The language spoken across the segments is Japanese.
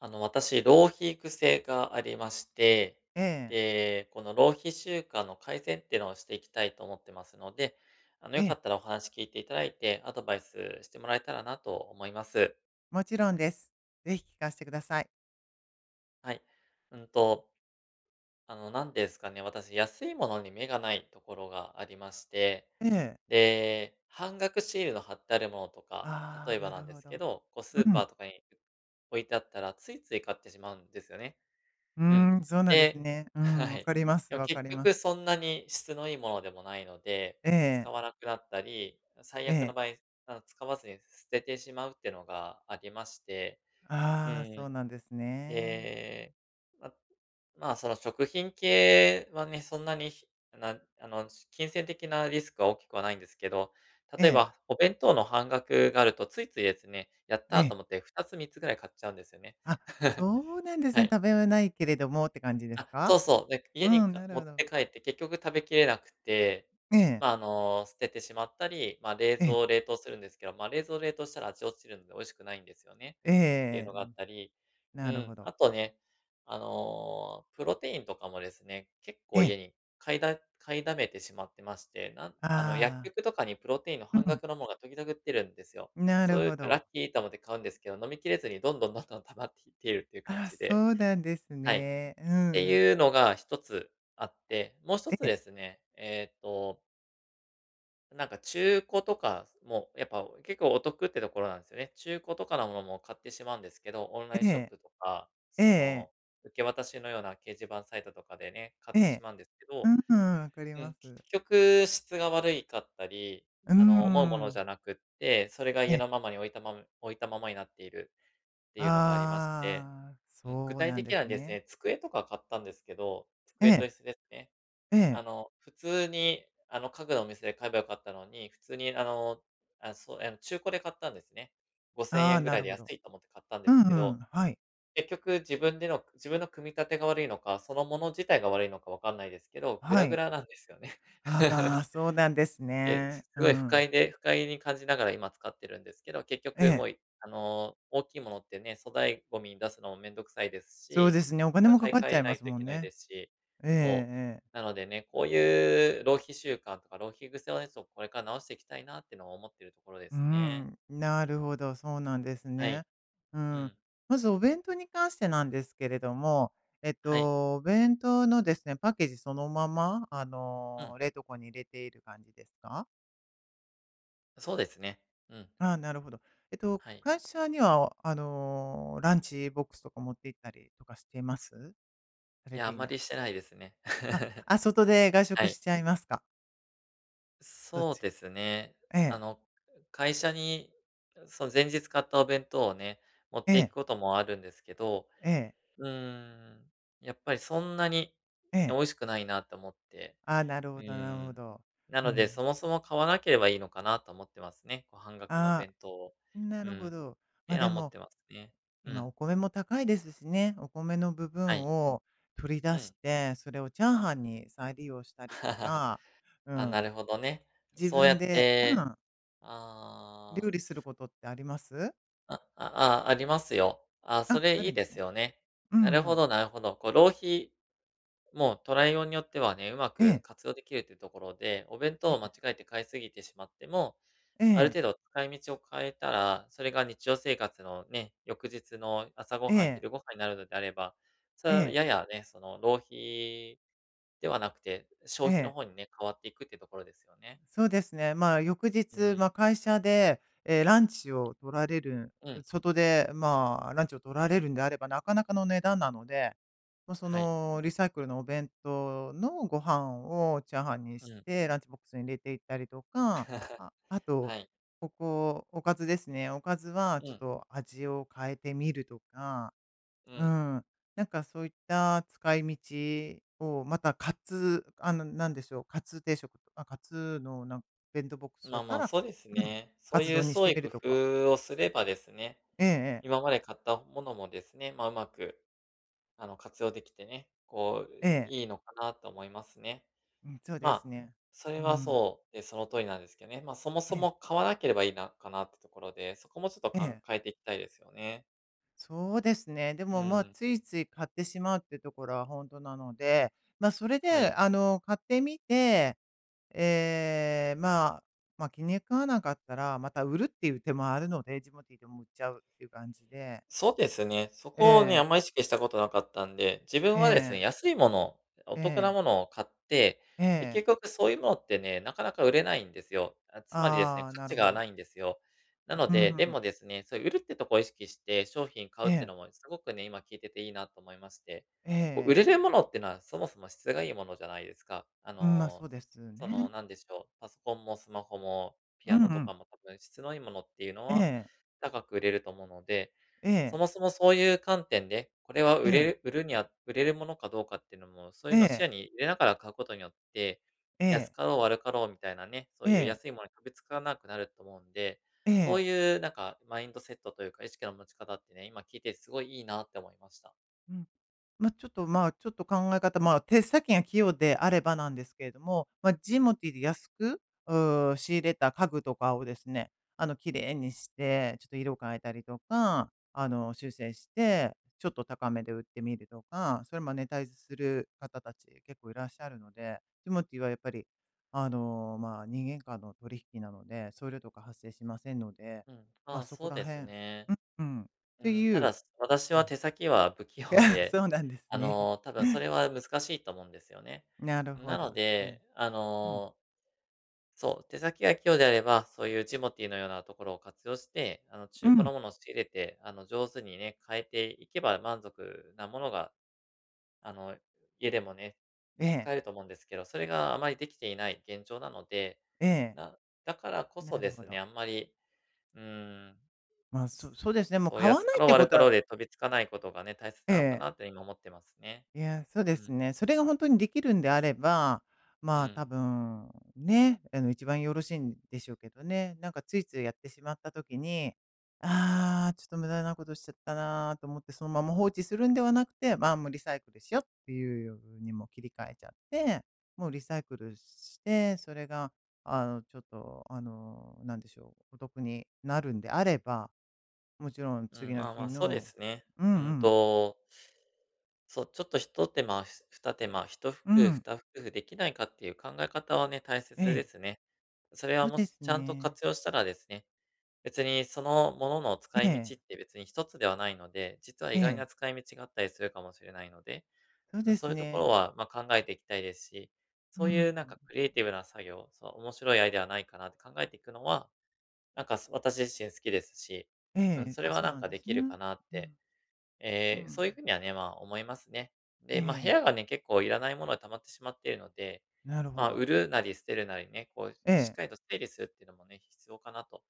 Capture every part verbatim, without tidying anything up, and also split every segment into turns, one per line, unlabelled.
あの、私、浪費癖がありまして、
ええ、
で、この浪費習慣の改善っていうのをしていきたいと思ってますので、あの、
え
よか
え、
ったらお話聞いていただいて、アドバイスしてもらえたらなと思います。
もちろんです。ぜひ聞かせてください。
はい。うんと、あの、なんですかね、私、安いものに目がないところがありまして、
ええ、
で、半額シールの貼ってあるものとか、
ああ、
例えば
な
な
る
んで
ほ
すけ
ど。
ど、こうス
う
ーパー
ん、
とかに置いてあったら、ついつい買ってしまうんですよね。
う
うん。
ーん、そうなんです
で
ね。うん、
は
わ
い。
かります、
でも
わか
結
りま
局
す。
そんなに質のいいものでもないので、
え
使
え、
わなくなったり、最
え
悪の
え、
場合、あの、使わずに捨ててしまうっていうのがありまして。う
ああ、そ
ん。
うなんですね。
で、ままあ、その食品系はね、そんなに、ひなあの、金銭的なリスクは大きくはないんですけど、
え
例え
え、
ばお弁当の半額があるとついついですね、やっ
え
たーと
え、
思ってふたつみっつぐらい買っちゃうんですよね。
あ、そうなんです
は
ね。
い。
食べはないけれどもって感じです
あ、
か？
そうそう。で、家
う
に
ん、
か
なる
持っ
ほど。
て帰って結局食べきれなくて、
ええ、
まあ、あの、捨ててしまったり、まあ、冷
ええ、
蔵冷凍するんですけど、まあ、冷蔵冷凍したら味落ちるので美味しくないんですよね、
え
っていうのがあっ
え、
たり、う
なる
ん、
ほど。
あとね、あの、プロテインとかもですね、結
え
構家
え、
に買いだ買いだめてしまってまして、なんあの、薬
ああ、
局とかにプロテインの半
う
額のものが時々売ってるんですよ。
ん、なる
そういう
ほ
とラ
ど。
ッキーと思って買うんですけど、飲みきれずにどんどんどんどん溜まっていっているっていう感
あ、
じで、
そうなんです
はい。
ね。う
て
んうん。
いうのが一つあって、もう一
え
つ
え、
ですね、えっと、なんか中古とかも、やっぱ結構お得ってところなんですよね。中古とかのものも買ってしまうんですけど、オンライン
え
ショッ
え。
プとか、
えええ
そ
え。
の、受け渡しのような掲示板サイトとかでね、買ってしまうんですけど、
うんん、わかり
う
ま
ん、結
す。
局質が悪いかったり、
うー
あの、思うものじ
ん。
ゃなくって、それが
え
家
え。
のままに置いたまま置いたままになっているっていうのがありまして、
ああ、
うん、具
そう
体
なん
的
で
には
す
です
ね。
ね、机とか買ったんですけど、
え
机と
え、
椅子ですね。
ええ。
あの、普通に、あの、家具のお店で買えばよかったのに、普通にあの、あ、そう、あの、中古で買ったんですね。5,000
ああ、
円ぐ
な
らい
る
で
ほ
安
ど。
いと思って買ったん
う
で
ん
す
う
け
ん、
ど、
はい、
結局自分での自分の組み立てが悪いのか、そのもの自体が悪いのかわかんないですけど、グ
は
ラグ
い。
ラなんですよね。
あ あ、そうなんです
え
ね。
す
う
ごい
ん
不
うん。
快で不快に感じながら今使ってるんですけど、結
え
局も
え、
う、いあの、大きいものってね、粗大ゴミに出すのもめんどくさいです
そう
し、
ですね、お金
ま、
もか
買い
かっちゃ
替え
い
な
ま
い
す
とい
もん
けない
ね。
ですし、
え
そう。
ええ
なのでね、こういう浪費習慣とか浪費癖をね、そうこれから直していきたいなってのは思ってるところで
う
すね。
ん、なるほど、そうなんです
は
ね。
い。
う
う
ん。
ん。
まずお弁当に関してなんですけれども、えっ
はい。
と、お弁当のですね、パッケージそのまま、あ
うん。
の、冷凍庫に入れている感じですか？
そうですね。うん。
ああ、なるほど。えっと、
はい。
会社には、あの、ランチボックスとか持って行ったりとかしています？さ
い
れ
や、あ
て
ん
い
ま
ない。
りしてないですね。
あ、あ、外で外
は
食
い。
しちゃいますか？どっ
そう
ち
ですね。
え
あ
え、
の、会社に、その前日買ったお弁当をね、持っ
え
ていく
え、
こともあるんですけど、
ええ、
うーん、やっぱりそんなに
え
ね美
え。
味しくないなと思って、
ああ、なる
う
ほどなる
ー
ほ
ん。
ど。
な
う
ので、そ
ん。
もそも買わなければいいのかなと思ってますね。こう半額の
あ
弁当を。
あ。な
う
る
ん。
ほ
っ
ど。
て
ま、
い
あ
うの
で
は思っ
も、
てますね。う
今
ん。
お米も高いですしね、お米の部
は
分
い。
を取り
う
出し
ん。
て、それをチャーハンに再利用したりと か、う
あ、
ん、
なるほどね。
自
そうや
分
っ
でう
て
ん、
あ
料
あ。
理することってあります？
あ、ああ、ありますよ。あ、そ
あ、
れ
あ
い
る
い
んで
で
す
す
ね。
よね。
うんう
なるほ
ん。
どなるほど。こう浪費もう捉えようによってはね、うま
え
く
え、
活用できるっていうところで、お弁当
え
を間
え、
違えて買いすぎてしまっても、
え
ある
え、
程度使い道を変えたら、それが日常生活のね、翌日の朝ご
え
はん、
え、
昼ご飯になるのであれば、それ
え
は
え、
ややね、その浪費ではなくて、
え
消費の
え。
方にね、変わっていくっていうところですよね。
そうですね。まあ、翌
う
日、ま
ん。
あ、会社で、えーランチを取られる
うん。
外で、まあ、ランチを取られるんであれば、なかなかの値段なので、まあ、そ
はい。
の、リサイクルのお弁当のご飯をチャーハンに
う
し
ん。
て、ランチボックスに入れていったりとか、あ、あと、
はい。
ここ、おかずですね。おかずは
う
ちょっ
ん。
と味を変えてみるとか
う
う
ん。
ん。なんかそういった使い道を、またカツあの、なんでしょう、カツ定食とあ、カツのなん弁当ボックスだ
まあ
った
まあ、
ら、
そうです
うん、
ね。そ
カ
う
ツ
いう
丼にし
創
て
意
み
工
るとか。
夫をすればですね、
ええええ。
今まで買ったものもですね、まあ、うまく、あの、活用できてね、こう、
ええ。
いいのかなと思いますね。
うん、そう
ま
です
あ、
ね。
それ
う
は
ん。
そうで、その通りなんですけどね。まあ、そもそ
ええ、
も買わなければいいなかなってところで、そこもちょっと
え
考
え。
えていきたいですよね。
そうですね。で
う
も、まあ、
ん。
ついつい買ってしまうっていうところは本当なので、まあ、それ
は
で、
い。
あの、買ってみて、ええ、まあ、まあ、気に食わなかったら、また売るっていう手もあるので、ジモティーでも売っちゃうっていう感じで。
そうですね。そ
え
こをね、あ
え、
んま意識したことなかったんで、自分
え
はですね、
え、
安いもの、お
え
得な
え、
ものを買って、
え
で、
え。
結局そういうものってね、なかなか売れないんですよ。あ、つまりですね、
ああ、
価
なる
値
ほ
がな
ど。
いんですよ。なの
うん、
で、で
うん
もですね、そういう売るってとこを意識して商品買う
え
って
え、
のもすごくね、今聞いてていいなと思いまして、
え
こう売れ
え。
るものってのはそもそも質がいいものじゃないですか。あ
うん、まあ、そ
の、
うです
その、
ね。
なんでしょう、パソコンもスマホもピ
う
ア
ん
ノ
う
とか
ん。
も多分質のいいものっていうの
え
は
え、
高く売れると思うので、
え
そ
え、
もそもそういう観点で、これは
え
売れ
え、
る売るには売れるものかどうかっていうのも、そうい
え
うのを視
え、
野に入れながら買うことによって、
え
安
え、
かろう悪かろうみたいなね、そ
え
ういう
え、
安いものに飛びつかなくなると思うんで、
え
そう
え、
いうなんかマインドセットというか、意識の持ち方ってね、今聞いてすごいいいなって思いました。
うん。まあ、ちょっと、まあ、ちょっと考え方、まあ、手先が器用であればなんですけれども、まあ、ジモティーで安く、うー仕入れた家具とかをですね、あの、綺麗にして、ちょっと色変えたりとか、あの、修正して、ちょっと高めで売ってみるとか、それマネタイズする方たち結構いらっしゃるので、ジモティーはやっぱり、あの、まあ、人間間の取引なので、送料とか発生しませんので、
うん。
ま
あ
あ、
あ、
そこ
そう
ら
で
辺
すね。
うん、うん。っ
う
て
ん、
い
た
う
だ、私
う
は
ん。
手先は不器用 で、
そうなんです
あ
ね。
の、多分それは難しいと思うんですよね。
なるほ
な
ど、
の
そうなん
で、あ
うん、
のそう、手先が器用であれば、そういうジモティーのようなところを活用して、あの、
う
中古
ん、
のものを仕入れて、あの、上手にね、変えていけば満足なものが、あの、家でもね、
え
使
え、
えると思うんですけど、それがあまりできていない現状なので、
ええ、
なだからこ
な
そ
る
で
ほ
すね、
ど。
あんまり、うーん、
まあ、そ
す
そうですね、もう
そう、
買わ
安
な
か
いっ
ろう
てこ
悪
と
かろう
は
で飛びつかないことがね、大切
え
なのか
え。
なって今思ってますね。
いや、そうで
う
す
ん、
ね。それが本当にできるんであれば、
う
まあ、多
ん、
分、ね、あの、一番よろしいんでしょうけどね。なんかついついやってしまった時に、ああ、ちょっと無駄なことしちゃったなーと思って、そのまま放置するんではなくて、まあ、もうリサイクルしようっていうにも切り替えちゃって、もうリサイクルして、それが、あの、ちょっと、あの、なんでしょう、お得になるんであれば、もちろん
う
次
ん、
の
まあま
日
あ、そうで
の
すね。
う
う
んう
ん
ん。
とそう、ちょっとひと手間、ふ二手間、一服、
う
二
ん。
服ふできないかっていう考え方はね、大
え
切で
え、
すね。それ
そ
は
う
も
で
し
す
ちゃんと
ね。
活用したらですね、別にそのものの使
え
い道
え、
って別に一つではないので、実は意
え
外
え、
な使い道があったりするかもしれないので、
そう
うん、
で
そ
す
ういうところ
ね。
は、ま、考えていきたいですし、
う
そう
ん。
いうなんかクリエイティブな作業、そう、面白いアイデアはないかなって考えていくのは、なんかす私自身好きですし、
え
うん、
え、
それ
あ、
は
そう
なん
なん
か
で
で
す
き
ね。
るかなっ
う
て
ん、う
えーそういうふ
ん。
うにはね、まあ、思いますね。
え
で、ま、部
え、
屋がね、結構いらないものが溜まってしまっているので、
なるほ
まあ、売
ど。
るなり捨てるなりね、こう、
え
しっ
え、
かりと整理するっていうのもね、必要かなと。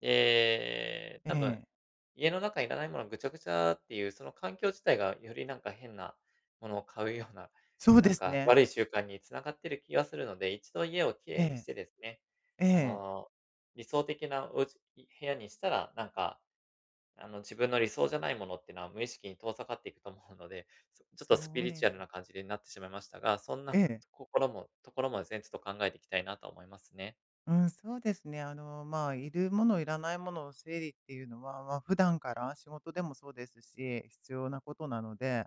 で、
え
多分、
え、
家の中いらないものぐちゃぐちゃっていう、その環境自体がよりなんか変なものを買うような、
そう
な
で
ん
す
か
ね。
悪い習慣に繋がってる気がするので、一度家をき
え
れいにし
え、
てですね、
え
あ
え、
の、理想的なおうち部屋にしたら、なんかあの、自分の理想じゃないものっていうのは無意識に遠ざかっていくと思うので、そちょっとス
そ
ピ
う
リ
で
チュアルな
す。
感じになってしまいましたが、そん
え
な
え、
心もところもですね、ちょっと考えていきたいなと思いますね。
うん、そうですね。あの、まあ、いるものいらないものを整理っていうのは、まあ、普段から仕事でもそうですし、必要なことなので、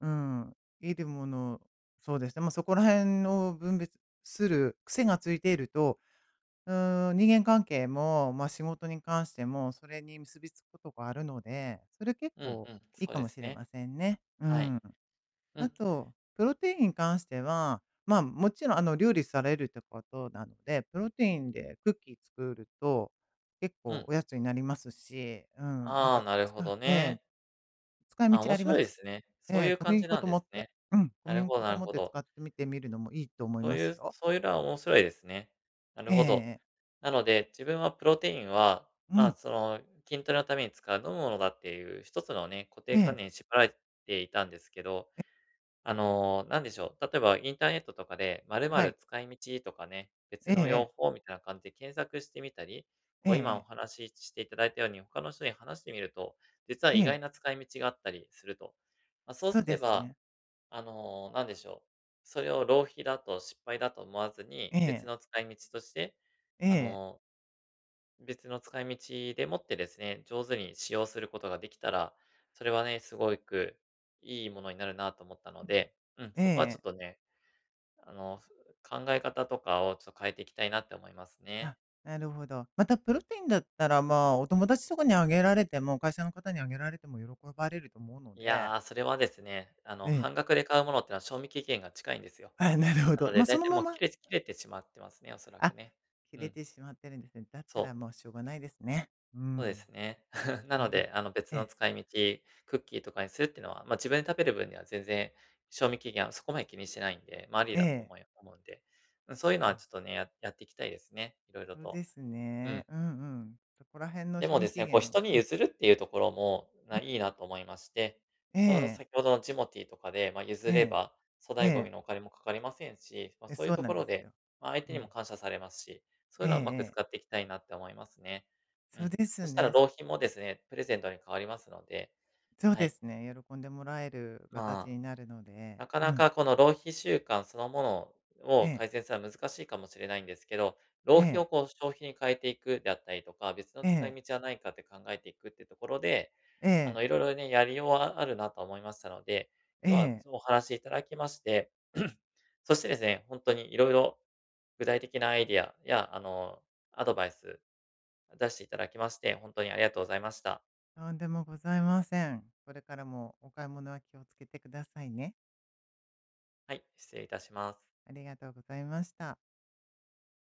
うん、いるもの、そうですね。まあ、そこら辺を分別する癖がついていると、うーん、人間関係も、まあ、仕事に関しても、それに結びつくことがあるので、それ結
うん
構
うん、
いい
そう
か
で
も
す
しれ
ね。
ませんね。う
はい。
ん。
う
あ
ん、
と、プロテインに関しては、まあ、もちろん、あの、料理されるってことなので、プロテインでクッキー作ると、結
う
構
ん。
おやつになりますし、うん、なん
あ
か
あ、なる
使、つ
ほ
か
ど
ええ、
ね。
使い
あ、
道
面
あり
白
ま
い
す。
ですね。
え
そうい
え、
う
小
感
麦
じ
粉
なん
と
で
思っ
す
て、
ね。
うん、小
なる
麦
ほど
粉と
なる
思っ
ほ
て
ど。
使ってみてみるのもいいと思い
そう
ま
い
す
う、
よ。
そういうのは面白いですね。なるほど。
ええ
なので、自分はプロテインは、
う
まあ、
ん。
その、筋トレのために使う飲むものだっていう一つのね、固
え
定観
え、
念に縛られていたんですけど、
え、
あの、なんでしょう。例えばインターネットとかで、〇
は
〇
い。
使い道とかね、
え
別の
え。
用法みたいな感じで検索してみたり、
ええ
こう今お
ええ。
話ししていただいたように、他の人に話してみると、実は意外な使い道があったりすると。まあ、そう
そう
す
で
れ
す
ば、
ね。
あの、なんでしょう。それを浪費だと失敗だと思わずに、
え
別
え。
の使い道として、
え
あ
え。
の、別の使い道でもってですね、上手に使用することができたら、それはね、すごくいいものになるなと思ったの
うん。
で、うん、
え
そこはちょっ
え。
とね、あの、考え方とかをちょっと変えていきたいなって思いますね。
あ、なるほど。またプロテインだったら、まあ、お友達とかにあげられても、会社の方にあげられても喜ばれると思うの
い
で、
やー、それはですね、あ
え
の、
え。
半額で買うものってのは賞味期限が近いんですよ。
あ、なるほ
な
ど。
の
ま
で、
あ、
だ
そ
い
の
たい
ま
もう
ま、
切れ切れてしまってますね、おそらく
あ、
ね。
切
う
れ
ん、
てしまってるんですね。だった
そう。
らもうしょうがないですね。う
そうで
ん。
すね。な
うんう
の
ん。
で、あの、別
え
の
え。
使い道、クッキーとかにするっていうのは、まあ、自分で食べる分には全然、賞味期限はそこまで気にしてないんで、まあ、あり
え
だと
え。
思い思うんで、うん、そういうの
そ
は
う、
ちょっとね、ややっていきたいですね、いろいろ
そうで
と。
す
う
ね。
ん。
うんうん。そこら辺の
で
賞
もで
味
す
期
ね、こう
限
人
を
に
うん、
譲るっていうところも、
う
な
ん。
いいなと思いまして、
え
その
え。
先ほどのジモティーとかで、まあ、譲
え
れ
え。
ば、粗
え
大ゴミ
え。
のお金もかかりませんし、まあ、
え、
そういう
そう
と
なん
こ
で
ろ
す
で、
よ。
まあ、相
う
手に
ん。
も感謝されますし、そうい
え
う
え
のはうまく
ええ。
使っていきたいなって思いますね。う
そう
ん。
です
そしたら
ね。
浪
す
費もですね、プレゼントに変わりますので、
そう
は
で
い。
すね、喜んでもらえる形
ま
に
あ、
なるので、
なか
う
な
ん。
かこの浪費習慣そのもの
え
を
え、
改善するのは難しいかもしれないんですけど、浪
え
費を
え、
こう消費に変えていくであったりとか、別の
え
使
え、
い道はないかって考えていくっていうところで、
え
あ
え、
の、いろいろね、やりようはあるなと思いましたので、
え
今日は
え。
お話しいただきまして、そしてですね、本当にいろいろ具体的なアイディアや、あの、アドバイス出していただきまして、本当にありがとうございました。
とんでもございません。これからもお買い物は気をつけてくださいね。
はい、失礼いたします。
ありがとうございました。